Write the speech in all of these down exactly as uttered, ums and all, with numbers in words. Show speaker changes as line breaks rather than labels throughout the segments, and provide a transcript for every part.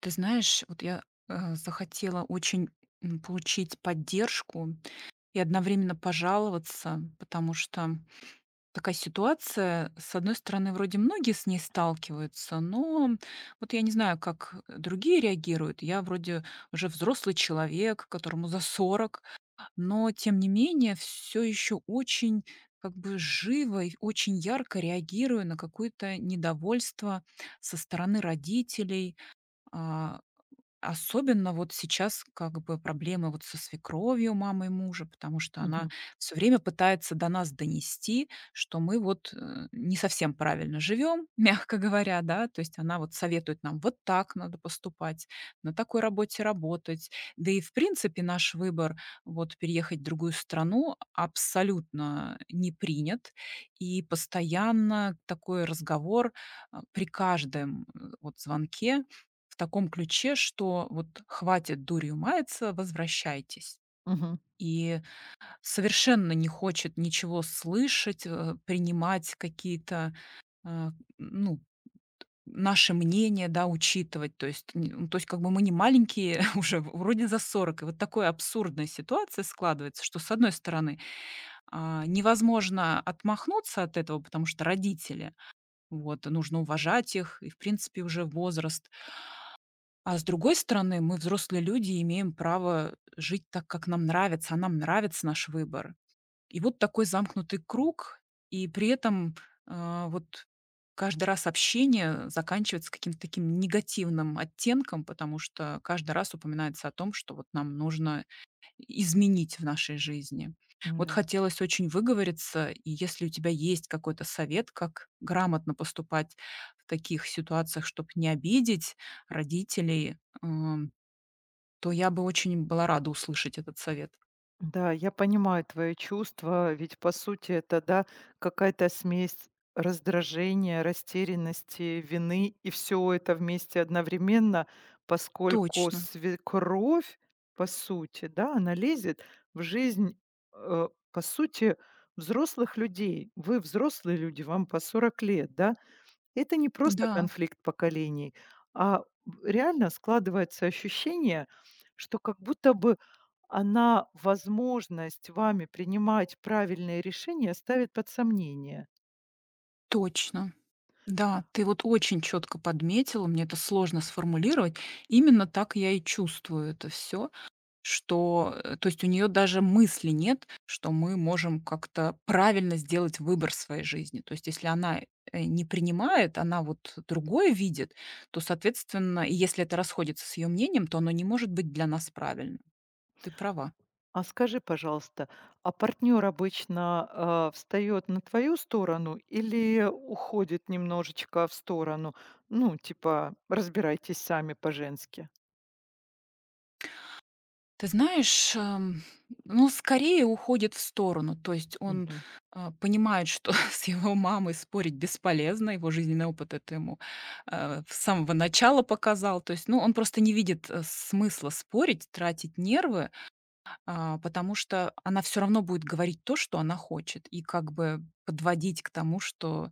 Ты знаешь, вот я, э, захотела очень, м, получить поддержку и одновременно пожаловаться, потому что такая ситуация, с одной стороны, вроде многие с ней сталкиваются, но вот я не знаю, как, э, другие реагируют. Я вроде уже взрослый человек, которому за сорок, но тем не менее все еще очень как бы живо и очень ярко реагирую на какое-то недовольство со стороны родителей, а, Особенно вот сейчас как бы проблемы вот со свекровью мамой мужа, потому что она
Мгм.
все время пытается до нас донести, что мы вот, э, не совсем правильно живем, мягко говоря, да. То есть она вот советует нам: "Вот так надо поступать, на такой работе работать". Да и в принципе наш выбор вот переехать в другую страну абсолютно не принят. И постоянно такой разговор, а, при каждом, э, вот звонке, в таком ключе, что вот хватит дурью маяться, возвращайтесь.
Мгм.
И совершенно не хочет ничего слышать, э, принимать какие-то, а, ну, наши мнения, да, учитывать. То есть, н ну, то есть как бы мы не маленькие уже, в- вроде за сорок. И вот такая абсурдная ситуация складывается, что, с одной стороны, а, невозможно отмахнуться от этого, потому что родители, вот, нужно уважать их, и, в принципе, уже возраст. А с другой стороны, мы, взрослые люди, и имеем право жить так, как нам нравится, а нам нравится наш выбор. И вот такой замкнутый круг, и при этом, а, вот каждый раз общение заканчивается каким-то таким негативным оттенком, потому что каждый раз упоминается о том, что вот нам нужно изменить в нашей жизни. Вот
Да.
хотелось очень выговориться, и если у тебя есть какой-то совет, как грамотно поступать в таких ситуациях, чтобы не обидеть родителей, ам, то я бы очень была рада услышать этот совет.
Да, я понимаю твои чувства, ведь по сути это, да, какая-то смесь раздражения, растерянности, вины и все это вместе одновременно, поскольку
Точно,
свекровь, по сути, да, она лезет в жизнь, э, по сути, взрослых людей. Вы взрослые люди, вам по сорок лет, да? Это не просто
да,
конфликт поколений, а реально складывается ощущение, что как будто бы она возможность вами принимать правильные решения ставит под сомнение.
точно. Да, ты вот очень четко подметила, мне это сложно сформулировать. Именно так я и чувствую это все. Что, э, то есть у нее даже мысли нет, что мы можем как-то правильно сделать выбор в своей жизни. То есть если она, э, не принимает, она вот другое видит, то, соответственно, и если это расходится с ее мнением, то оно не может быть для нас правильным. Ты права.
А скажи, пожалуйста, а партнер обычно, а, встаёт на твою сторону или уходит немножечко в сторону? Ну, типа: "Разбирайтесь сами по-женски".
Ты знаешь, эм, ну, скорее уходит в сторону. То есть он,
Мгм.
а, понимает, что с его мамой спорить бесполезно. Его жизненный опыт это ему, э, с самого начала показал. То есть, ну, он просто не видит, э, смысла спорить, тратить нервы, а, потому что она все равно будет говорить то, что она хочет, и как бы подводить к тому, что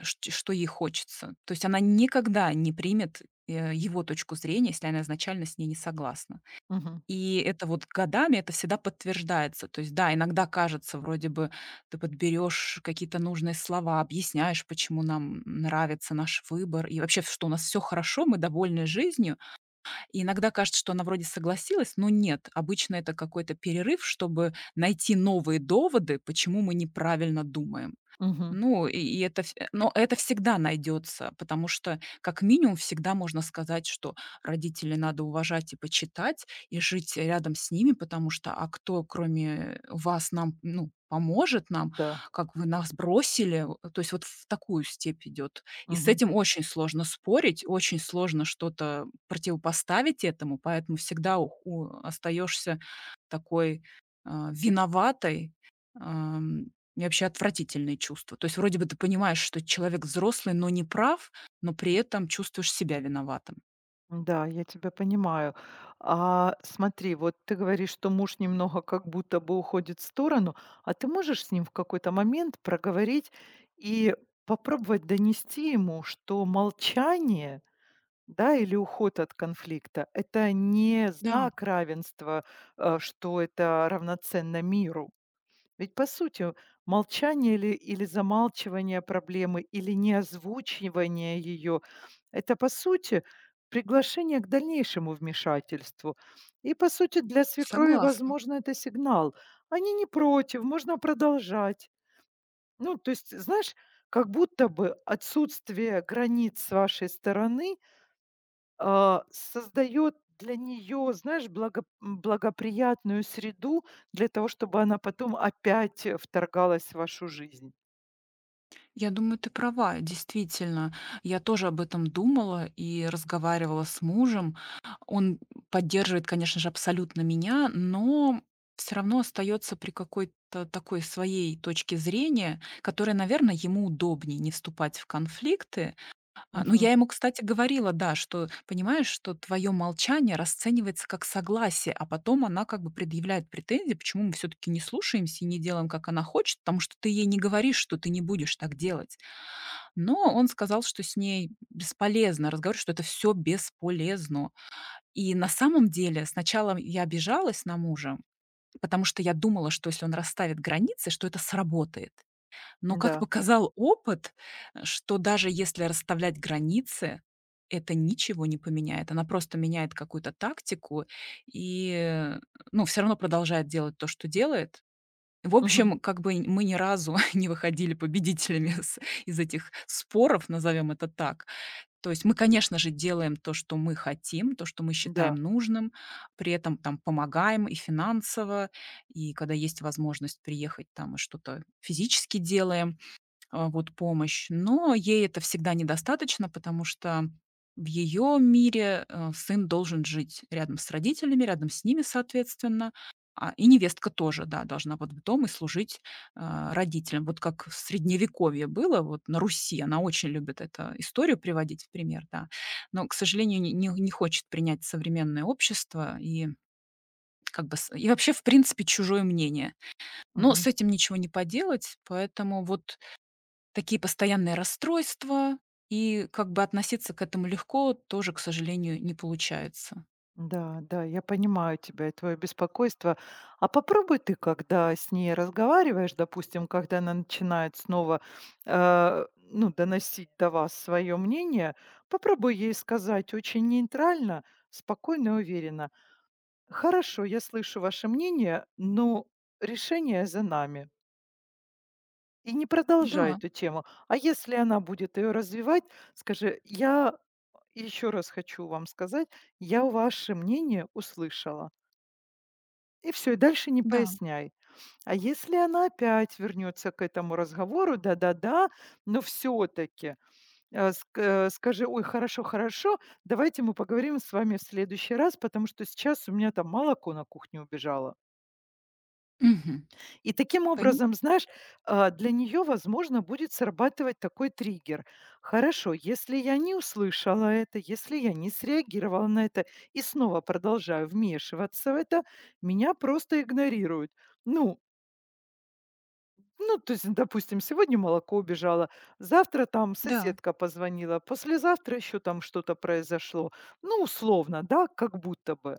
шт что ей хочется. То есть она никогда не примет, э, его точку зрения, если она изначально с ней не согласна.
Мгм.
И это вот годами, это всегда подтверждается. То есть да, иногда кажется, вроде бы ты подберешь какие-то нужные слова, объясняешь, почему нам нравится наш выбор, и вообще, что у нас все хорошо, мы довольны жизнью. И иногда кажется, что она вроде согласилась, но нет. Обычно это какой-то перерыв, чтобы найти новые доводы, почему мы неправильно думаем.
Мгм.
Ну, и и это вс но это всегда найдется, потому что, как минимум, всегда можно сказать, что родителей надо уважать и почитать, и жить рядом с ними, потому что, а кто, кроме вас, нам, ну, поможет нам,
Да.
как вы нас бросили? Э, то есть вот в такую степь идет. И с
Мгм.
этим очень сложно спорить, очень сложно что-то противопоставить этому, поэтому всегда у у остаешься такой, а, виноватой. И вообще отвратительные чувства. То есть вроде бы ты понимаешь, что человек взрослый, но не прав, но при этом чувствуешь себя виноватым.
Да, я тебя понимаю. А смотри, вот ты говоришь, что муж немного как будто бы уходит в сторону, а ты можешь с ним в какой-то момент проговорить и попробовать донести ему, что молчание, да, или уход от конфликта это не
Да,
знак равенства, э, что это равноценно миру. Ведь по сути молчание или, или замалчивание проблемы, или не озвучивание ее– это по сути приглашение к дальнейшему вмешательству. И по сути для свекрови,
согласна.
возможно, это сигнал. Они не против, можно продолжать. Ну, то есть, знаешь, как будто бы отсутствие границ с вашей стороны а, создает для нее, знаешь, благо м, благоприятную среду для того, чтобы она потом опять, э, вторгалась в вашу жизнь.
Я думаю, ты права, действительно. Я тоже об этом думала и разговаривала с мужем. Он поддерживает, конечно же, абсолютно меня, но все равно остается при какой-то такой своей точке зрения, которая, наверное, ему удобнее не вступать в конфликты. А, ну,
Мгм.
я ему, кстати, говорила, да, что понимаешь, что твое молчание расценивается как согласие, а потом она как бы предъявляет претензии, почему мы все-таки не слушаемся и не делаем, как она хочет, потому что ты ей не говоришь, что ты не будешь так делать. Но он сказал, что с ней бесполезно разговаривать, что это все бесполезно. И на самом деле сначала я обижалась на мужа, потому что я думала, что если он расставит границы, что это сработает. Но, как
Да.
показал опыт, э, что даже если расставлять границы, это ничего не поменяет. Она просто меняет какую-то тактику и, э, ну, все равно продолжает делать то, что делает. В
Мгм.
общем, как бы н мы ни разу не выходили победителями с из этих споров, назовем это так. То есть мы, конечно же, делаем то, что мы хотим, то, что мы считаем
Да.
нужным, при этом там помогаем и финансово, и когда есть возможность приехать, там и что-то физически делаем а, вот помощь, но ей это всегда недостаточно, потому что в ее мире, э, сын должен жить рядом с родителями, рядом с ними, соответственно, а, и невестка тоже, да, должна вот в дом и служить, а, родителям. Вот как в средневековье было, вот на Руси, она очень любит эту историю приводить в пример, да, но, к сожалению, не не не хочет принять современное общество и как бы с и вообще, в принципе, чужое мнение. Но
Мгм.
с этим ничего не поделать, поэтому вот такие постоянные расстройства, и как бы относиться к этому легко тоже, к сожалению, не получается.
Да, да, я понимаю тебя и твое беспокойство. А попробуй ты, когда с ней разговариваешь, допустим, когда она начинает снова, э, ну, доносить до вас свое мнение, попробуй ей сказать очень нейтрально, спокойно и уверенно. Хорошо, я слышу ваше мнение, но решение за нами. И не продолжай
Да,
эту тему. А если она будет ее развивать, скажи, я еще раз хочу вам сказать, я ваше мнение услышала. И все, и дальше не
да.
поясняй. А если она опять вернется к этому разговору, да-да-да, но все-таки скажи, ой, хорошо, хорошо, давайте мы поговорим с вами в следующий раз, потому что сейчас у меня там молоко на кухне убежало.
Мгм.
И таким
Пони
образом, знаешь, а, для нее, возможно, будет срабатывать такой триггер. Хорошо, если я не услышала это, если я не среагировала на это и снова продолжаю вмешиваться в это, меня просто игнорируют. Ну, ну, то есть, допустим, сегодня молоко убежало, завтра там
да,
соседка позвонила, послезавтра еще там что-то произошло. Ну, условно, да, как будто бы.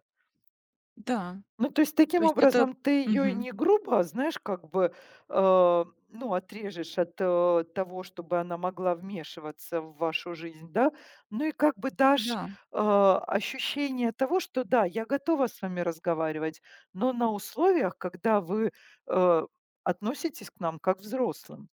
да.
Ну, то есть
То
таким
есть это.
образом ты ее и
Мгм.
не грубо, а, знаешь, как бы, э, ну, отрежешь от, э, того, чтобы она могла вмешиваться в вашу жизнь, да, ну и как бы дашь,
Да,
э, ощущение того, что да, я готова с вами разговаривать, но на условиях, когда вы, э, относитесь к нам как к взрослым.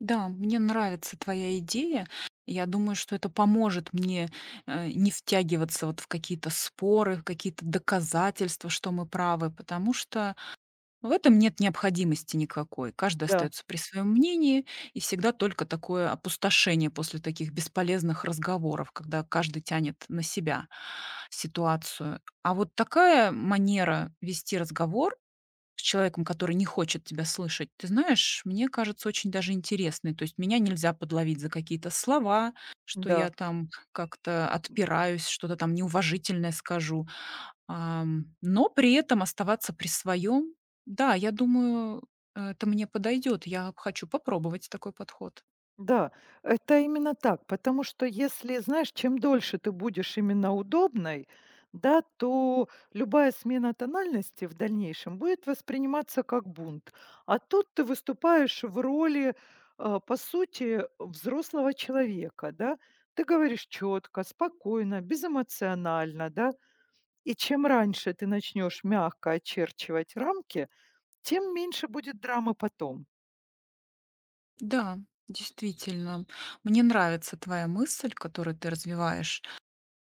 да, мне нравится твоя идея. Я думаю, что это поможет мне, э, не втягиваться вот в какие-то споры, в какие-то доказательства, что мы правы, потому что в этом нет необходимости никакой. Каждый
Да,
остается при своем мнении, и всегда только такое опустошение после таких бесполезных разговоров, когда каждый тянет на себя ситуацию. А вот такая манера вести разговор с человеком, который не хочет тебя слышать, ты знаешь, мне кажется, очень даже интересной. То есть меня нельзя подловить за какие-то слова, что
да.
я там как-то отпираюсь, что-то там неуважительное скажу. Ам, но при этом оставаться при своем. Да, я думаю, э, это мне подойдет. Я хочу попробовать такой подход.
Да, это именно так, потому что если, знаешь, чем дольше ты будешь именно удобной, да, то любая смена тональности в дальнейшем будет восприниматься как бунт. А тут ты выступаешь в роли, а, по сути, взрослого человека, да. Ты говоришь четко, спокойно, безэмоционально, да. И чем раньше ты начнешь мягко очерчивать рамки, тем меньше будет драмы потом,
Да, действительно. Мне нравится твоя мысль, которую ты развиваешь.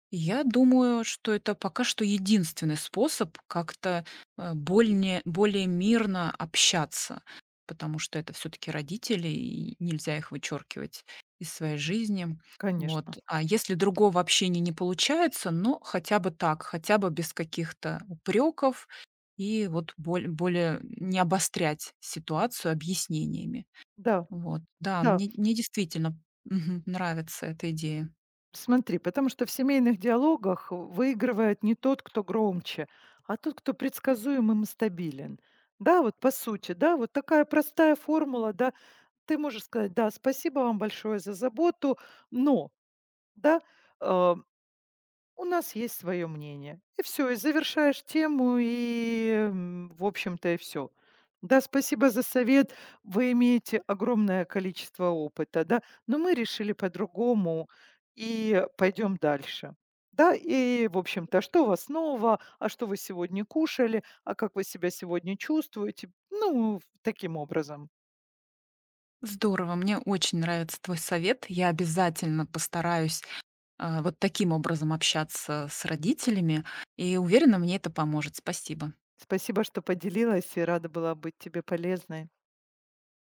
Я думаю, что это пока что единственный способ как-то, э, больне более мирно общаться, потому что это все таки родители, и нельзя их вычеркивать из своей жизни. Вот.
конечно.
А если другого общения не получается, ну, хотя бы так, хотя бы без каких-то упреков и вот боль более не обострять ситуацию объяснениями.
Да,
Вот. Да,
да.
мне мне действительно, мгм, нравится эта идея.
Смотри, потому что в семейных диалогах выигрывает не тот, кто громче, а тот, кто предсказуемым и стабилен. Да, вот по сути, да, вот такая простая формула, да, ты можешь сказать, да, спасибо вам большое за заботу, но, да, э, у нас есть свое мнение. И все, и завершаешь тему, и, м, в общем-то, и все. Да, спасибо за совет. Вы имеете огромное количество опыта, да, но мы решили по-другому и пойдем дальше. Да, и, в общем-то, что у вас нового, а что вы сегодня кушали, а как вы себя сегодня чувствуете? Ну, таким образом.
Здорово, мне очень нравится твой совет. Я обязательно постараюсь а, вот таким образом общаться с родителями, и уверена, мне это поможет. Спасибо.
Спасибо, что поделилась, и рада была быть тебе полезной.